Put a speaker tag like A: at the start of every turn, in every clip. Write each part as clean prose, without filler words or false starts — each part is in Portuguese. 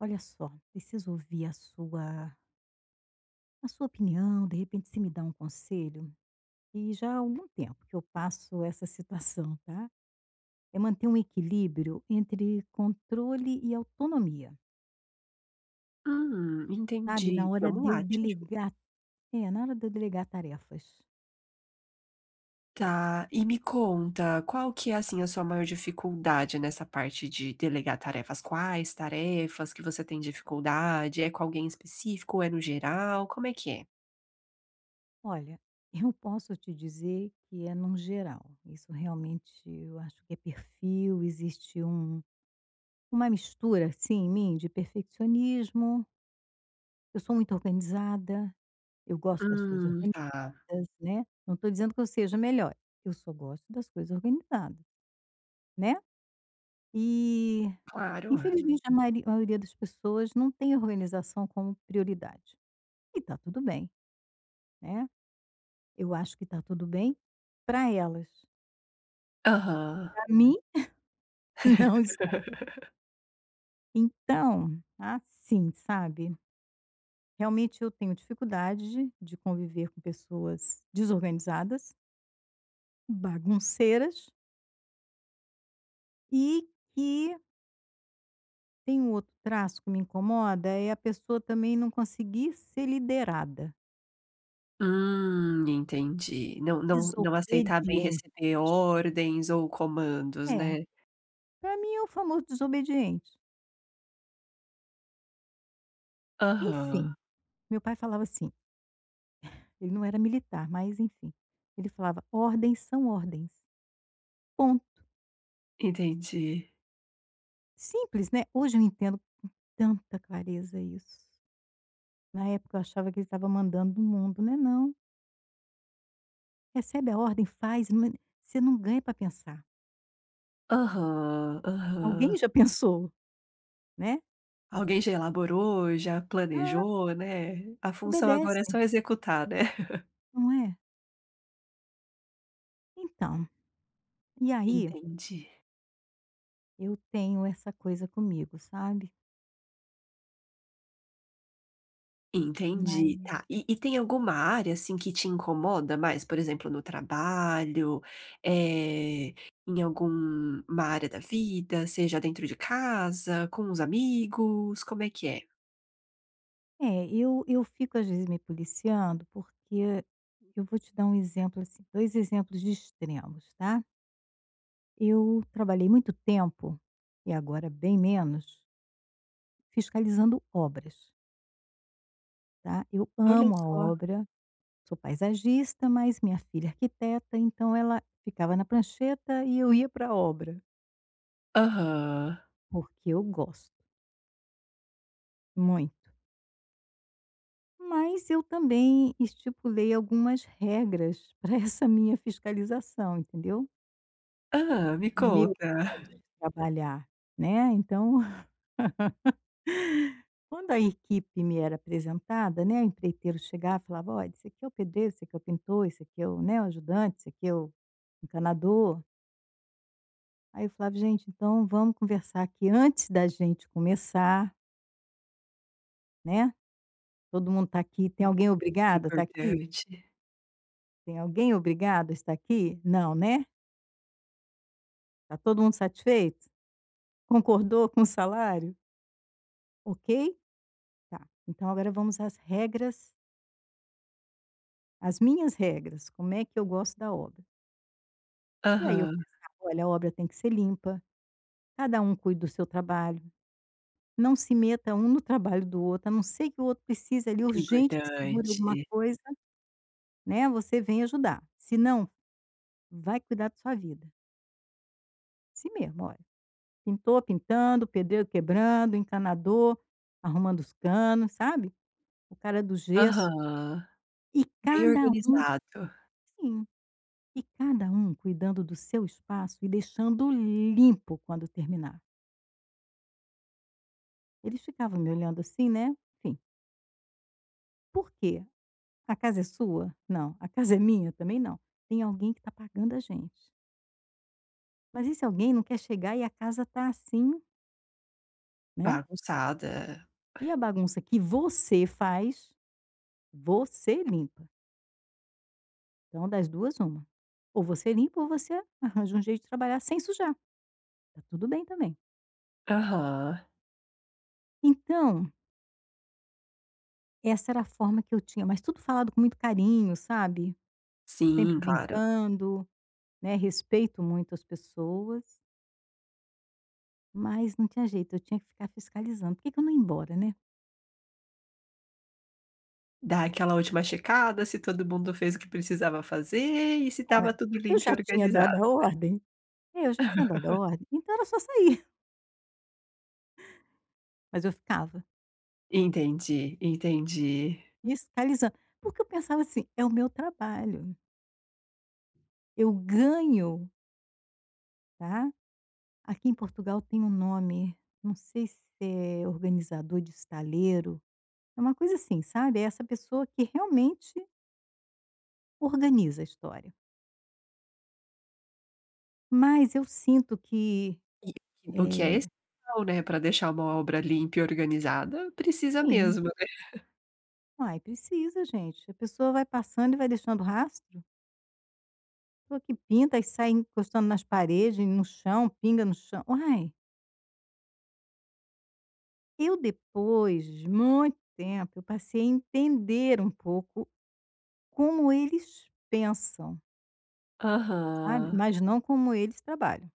A: Olha só, preciso ouvir a sua opinião, de repente se me dá um conselho, e já há algum tempo que eu passo essa situação, tá? É manter um equilíbrio entre controle e autonomia, sabe? Na
B: Entendi.
A: hora
B: Vamos
A: de eu
B: lá, te ajudo.
A: delegar, na hora de eu delegar tarefas.
B: Tá, e me conta, qual que é, assim, a sua maior dificuldade nessa parte de delegar tarefas? Quais tarefas que você tem dificuldade? É com alguém específico? É no geral? Como é que é?
A: Olha, eu posso te dizer que é num geral. Isso realmente eu acho que é perfil, existe um, uma mistura, sim, em mim de perfeccionismo. Eu sou muito organizada, eu gosto das coisas,
B: Tá,
A: né, não estou dizendo que eu seja melhor, eu só gosto das coisas organizadas, né. E,
B: claro.
A: infelizmente, a mari maioria das pessoas não tem organização como prioridade, e tá tudo bem, né. Eu acho que tá tudo bem para elas,
B: Aham.
A: para mim não está. Então, assim, sabe, realmente eu tenho dificuldade de conviver com pessoas desorganizadas, bagunceiras e que tem um outro traço que me incomoda, é a pessoa também não conseguir ser liderada.
B: Entendi. Não aceitar bem
A: Desobediente.
B: receber ordens ou comandos,
A: É,
B: né?
A: para mim é o famoso desobediente.
B: Aham,
A: Enfim, meu pai falava assim, ele não era militar, mas enfim, ele falava: "Ordens são ordens". Ponto.
B: entendi.
A: Simples, né? Hoje eu entendo com tanta clareza isso. Na época eu achava que ele estava mandando no mundo, né? Não. Recebe a ordem, faz, não é, você não ganha para pensar.
B: Aham, aham.
A: Alguém já pensou, né?
B: Alguém já elaborou, já
A: Ah,
B: planejou, né, a função agora
A: obedece,
B: é só executar, né.
A: não é? Então, e aí
B: Entendi,
A: eu tenho essa coisa comigo, sabe?
B: entendi.
A: Mas
B: Tá, e tem alguma área, assim, que te incomoda mais? Por exemplo, no trabalho, eh, em alguma área da vida, seja dentro de casa, com os amigos, como é que é?
A: é, eu fico às vezes me policiando, porque eu vou te dar um exemplo assim, 2 exemplos de extremos, tá? Eu trabalhei muito tempo, e agora bem menos, fiscalizando obras, tá? Eu
B: Olha
A: amo a
B: só.
A: obra, sou paisagista, mas minha filha é arquiteta, então ela ficava na prancheta e eu ia para a obra,
B: Aham.
A: porque eu gosto muito. Mas eu também estipulei algumas regras para essa minha fiscalização, entendeu?
B: Ah, me
A: Meu modo
B: conta.
A: de trabalhar, né. Então, quando a equipe me era apresentada, né, o empreiteiro chegava e falava: "Olha, esse aqui é o pedreiro, esse aqui é o pintor, esse aqui é o, né, o ajudante, esse aqui é o encanador". Aí eu falava: "Gente, então vamos conversar aqui antes da gente começar, né, todo mundo está aqui. Tem alguém obrigado a estar aqui?
B: Importante.
A: Tem alguém obrigado a estar aqui? Não, né? Está todo mundo satisfeito? Concordou com o salário? Ok? Tá. Então agora vamos às regras, às minhas regras, como é que eu gosto da obra". E aí eu
B: Aham,
A: pensava, olha, a obra tem que ser limpa, cada um cuida do seu trabalho, não se meta um no trabalho do outro, a não ser que o outro precise ali urgente que segure alguma
B: importante.
A: coisa, né, você vem ajudar. Se não, vai cuidar da sua vida. Assim mesmo, olha, pintor pintando, pedreiro quebrando, encanador arrumando os canos, sabe, o cara do gesso,
B: Aham,
A: e
B: bem
A: cada um,
B: organizado.
A: sim. E cada um cuidando do seu espaço e deixando limpo quando terminar. Eles ficavam me olhando assim, né, enfim. "Por quê? A casa é sua? Não. A casa é minha? Também não. Tem alguém que está pagando a gente. Mas esse alguém não quer chegar e a casa está assim, né,
B: Bagunçada.
A: e a bagunça que você faz, você limpa. Então das 2 uma. Ou você limpa ou você arranja um jeito de trabalhar sem sujar. Tá tudo bem também".
B: Aham.
A: Então, essa era a forma que eu tinha, mas tudo falado com muito carinho, sabe. Sempre
B: Sim, claro.
A: brincando, né, respeito muito as pessoas, mas não tinha jeito, eu tinha que ficar fiscalizando. Por que que eu não ia embora, né?
B: Dá aquela última checada se todo mundo fez o que precisava fazer e se
A: Não,
B: estava tudo
A: eu
B: limpo e
A: já tinha dado
B: organizado.
A: a ordem. É, eu já tinha dado a ordem, então era só sair, mas eu ficava
B: Entendi, entendi.
A: fiscalizando, porque eu pensava assim: "É o meu trabalho, eu ganho", tá? Aqui em Portugal tem um nome, não sei se é organizador de estaleiro, é uma coisa assim, sabe? É essa pessoa que realmente organiza a história. Mas eu sinto que
B: E o que é
A: Eh,
B: essencial, né, para deixar uma obra limpa e organizada, precisa
A: sim.
B: mesmo, né.
A: Uai, precisa, gente. A pessoa vai passando e vai deixando rastro. Pessoa que pinta e sai encostando nas paredes, no chão, pinga no chão. Uai, eu depois de muito tempo, eu passei a entender um pouco como eles pensam, sabe,
B: Aham.
A: mas não como eles trabalham,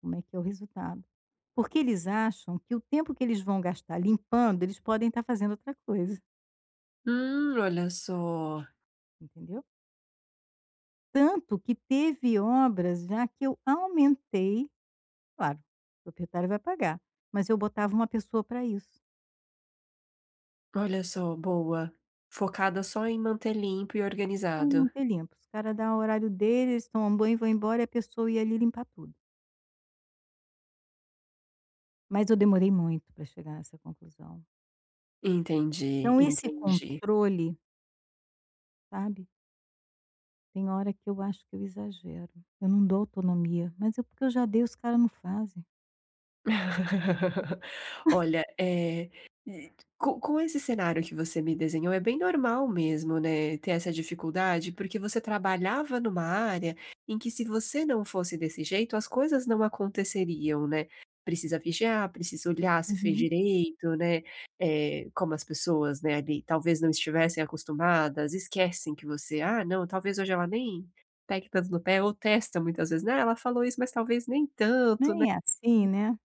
A: como é que é o resultado. Porque eles acham que o tempo que eles vão gastar limpando, eles podem estar fazendo outra coisa,
B: Hum, olha só,
A: entendeu. Tanto que teve obras já que eu aumentei. Claro, o proprietário vai pagar, mas eu botava uma pessoa para isso,
B: olha só, boa. Focada só em manter limpo e
A: só em
B: organizado.
A: manter limpo. Os caras dão o horário deles, eles tomam banho, e vão embora e a pessoa ia ali limpar tudo. Mas eu demorei muito para chegar nessa conclusão.
B: Entendi,
A: Então esse
B: entendi.
A: controle, sabe, tem hora que eu acho que eu exagero. Eu não dou autonomia, mas é porque eu já dei, os caras não fazem.
B: Olha, e co com esse cenário que você me desenhou, é bem normal mesmo, né, ter essa dificuldade, porque você trabalhava numa área em que se você não fosse desse jeito, as coisas não aconteceriam, né. Precisa vigiar, precisa olhar se fez
A: Uhum.
B: direito, né, como as pessoas, né, ali, talvez não estivessem acostumadas, esquecem que você: "Ah, não, talvez hoje ela nem pegue tanto no pé", ou testa muitas vezes: "Né, ela falou isso, mas talvez nem tanto, né".
A: Nem é assim, né.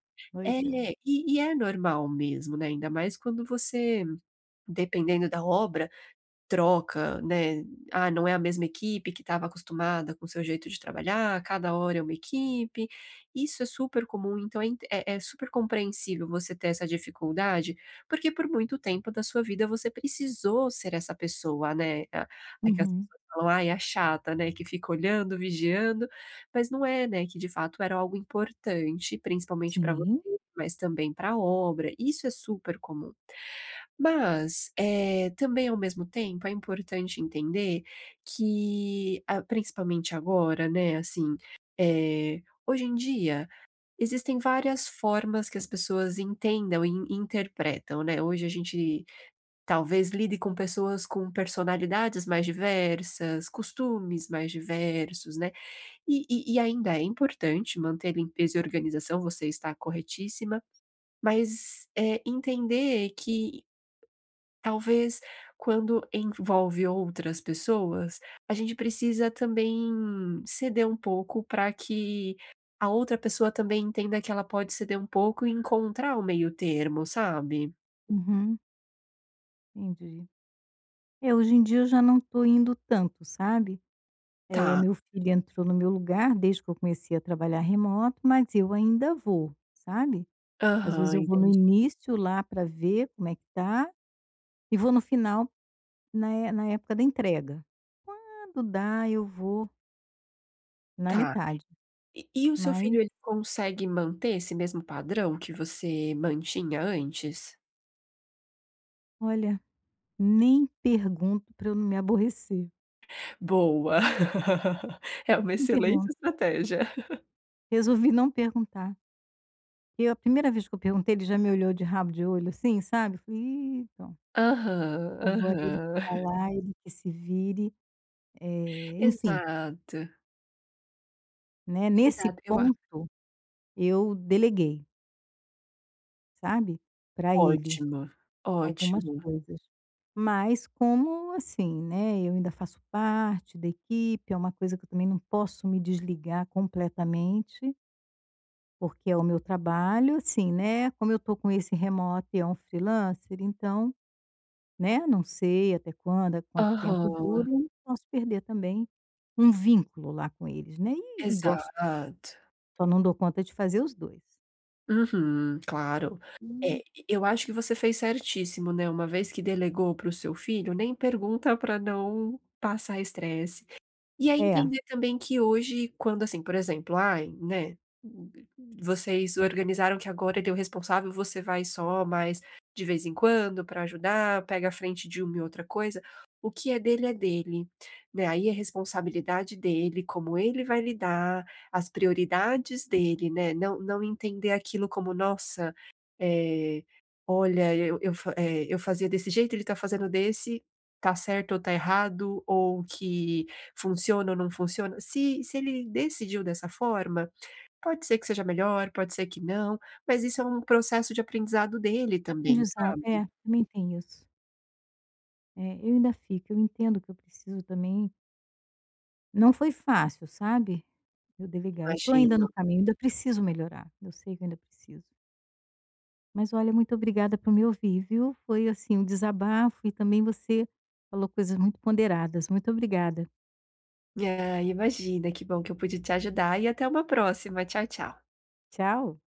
B: É,
A: Pois é.
B: e é normal mesmo, né, ainda mais quando você, dependendo da obra, troca, né, ah, não é a mesma equipe que estava acostumada com o seu jeito de trabalhar, cada hora é uma equipe. Isso é super comum, então é inte é super compreensível você ter essa dificuldade, porque por muito tempo da sua vida você precisou ser essa pessoa, né, a aquelas
A: Uhum.
B: pessoas falam: "Ai, a chata, né, que fica olhando, vigiando", mas não é, né, que de fato era algo importante, principalmente para você,
A: Sim.
B: mas também para a obra, isso é super comum. Mas, também ao mesmo tempo é importante entender que, ah, principalmente agora, né, assim, hoje em dia existem várias formas que as pessoas entendam e in interpretam, né. Hoje a gente talvez lide com pessoas com personalidades mais diversas, costumes mais diversos, né, e ainda é importante manter limpeza e organização, você está corretíssima, mas, entender que talvez quando envolve outras pessoas, a gente precisa também ceder um pouco para que a outra pessoa também entenda que ela pode ceder um pouco e encontrar o meio termo, sabe.
A: Uhum. Entendi. É, hoje em dia eu já não estou indo tanto, sabe.
B: Tá.
A: Meu filho entrou no meu lugar desde que eu comecei a trabalhar remoto, mas eu ainda vou, sabe. Às
B: Aham,
A: vezes eu vou no
B: entendi.
A: início lá para ver como é que tá, e vou no final na época da entrega. Quando dá eu vou na
B: Tá.
A: metade,
B: E o seu
A: mas
B: filho, ele consegue manter esse mesmo padrão que você mantinha antes?
A: olha, nem pergunto para eu não me aborrecer,
B: Boa. É uma
A: não
B: excelente
A: pergunto.
B: estratégia.
A: Resolvi não perguntar. Eu a primeira vez que eu perguntei ele já me olhou de rabo de olho assim, sabe, eu falei: "Ih, pronto,
B: Aham,
A: agora ele que
B: aham.
A: tá lá, ele que se vire", enfim.
B: Exato,
A: Né, nesse
B: exato. Eu...
A: ponto eu deleguei, sabe, para ele
B: Ótimo,
A: algumas
B: ótimo.
A: coisas. Mas como, assim, né, eu ainda faço parte da equipe, é uma coisa que eu também não posso me desligar completamente, porque é o meu trabalho, assim, né, como eu tô com esse remoto e é um freelancer, então, né, não sei até quando, há quanto tempo
B: Aham,
A: dura, eu não posso perder também um vínculo lá com eles, né, e gosto,
B: exato.
A: só não dou conta de fazer os dois.
B: Uhum, claro. É,
A: Hum.
B: e eu acho que você fez certíssimo, né, uma vez que delegou para o seu filho, nem pergunta para não passar estresse. E aí
A: É.
B: entender também que hoje, quando, assim, por exemplo, ai, né, vocês organizaram que agora ele é o responsável, você vai só mais de vez em quando para ajudar, pega a frente de uma e outra coisa, o que é dele, né, aí é responsabilidade dele, como ele vai lidar, as prioridades dele, né, não entender aquilo como: "Nossa, eh, olha, eu eu fazia desse jeito, ele tá fazendo desse, tá certo ou tá errado", ou que funciona ou não funciona. Se ele decidiu dessa forma, pode ser que seja melhor, pode ser que não, mas isso é um processo de aprendizado dele
A: De
B: também,
A: aprendizado,
B: sabe.
A: é, também tem isso. É, eu ainda fico, eu entendo que eu preciso também, não foi fácil, sabe, eu delegar. Eu tô ainda
B: Imagino.
A: no caminho, ainda preciso melhorar, eu sei que eu ainda preciso. Mas olha, muito obrigada por me ouvir, viu. Foi, assim, um desabafo e também você falou coisas muito ponderadas. Muito obrigada.
B: Ah, imagina, que bom que eu pude te ajudar e até uma próxima. Tchau, tchau.
A: Tchau.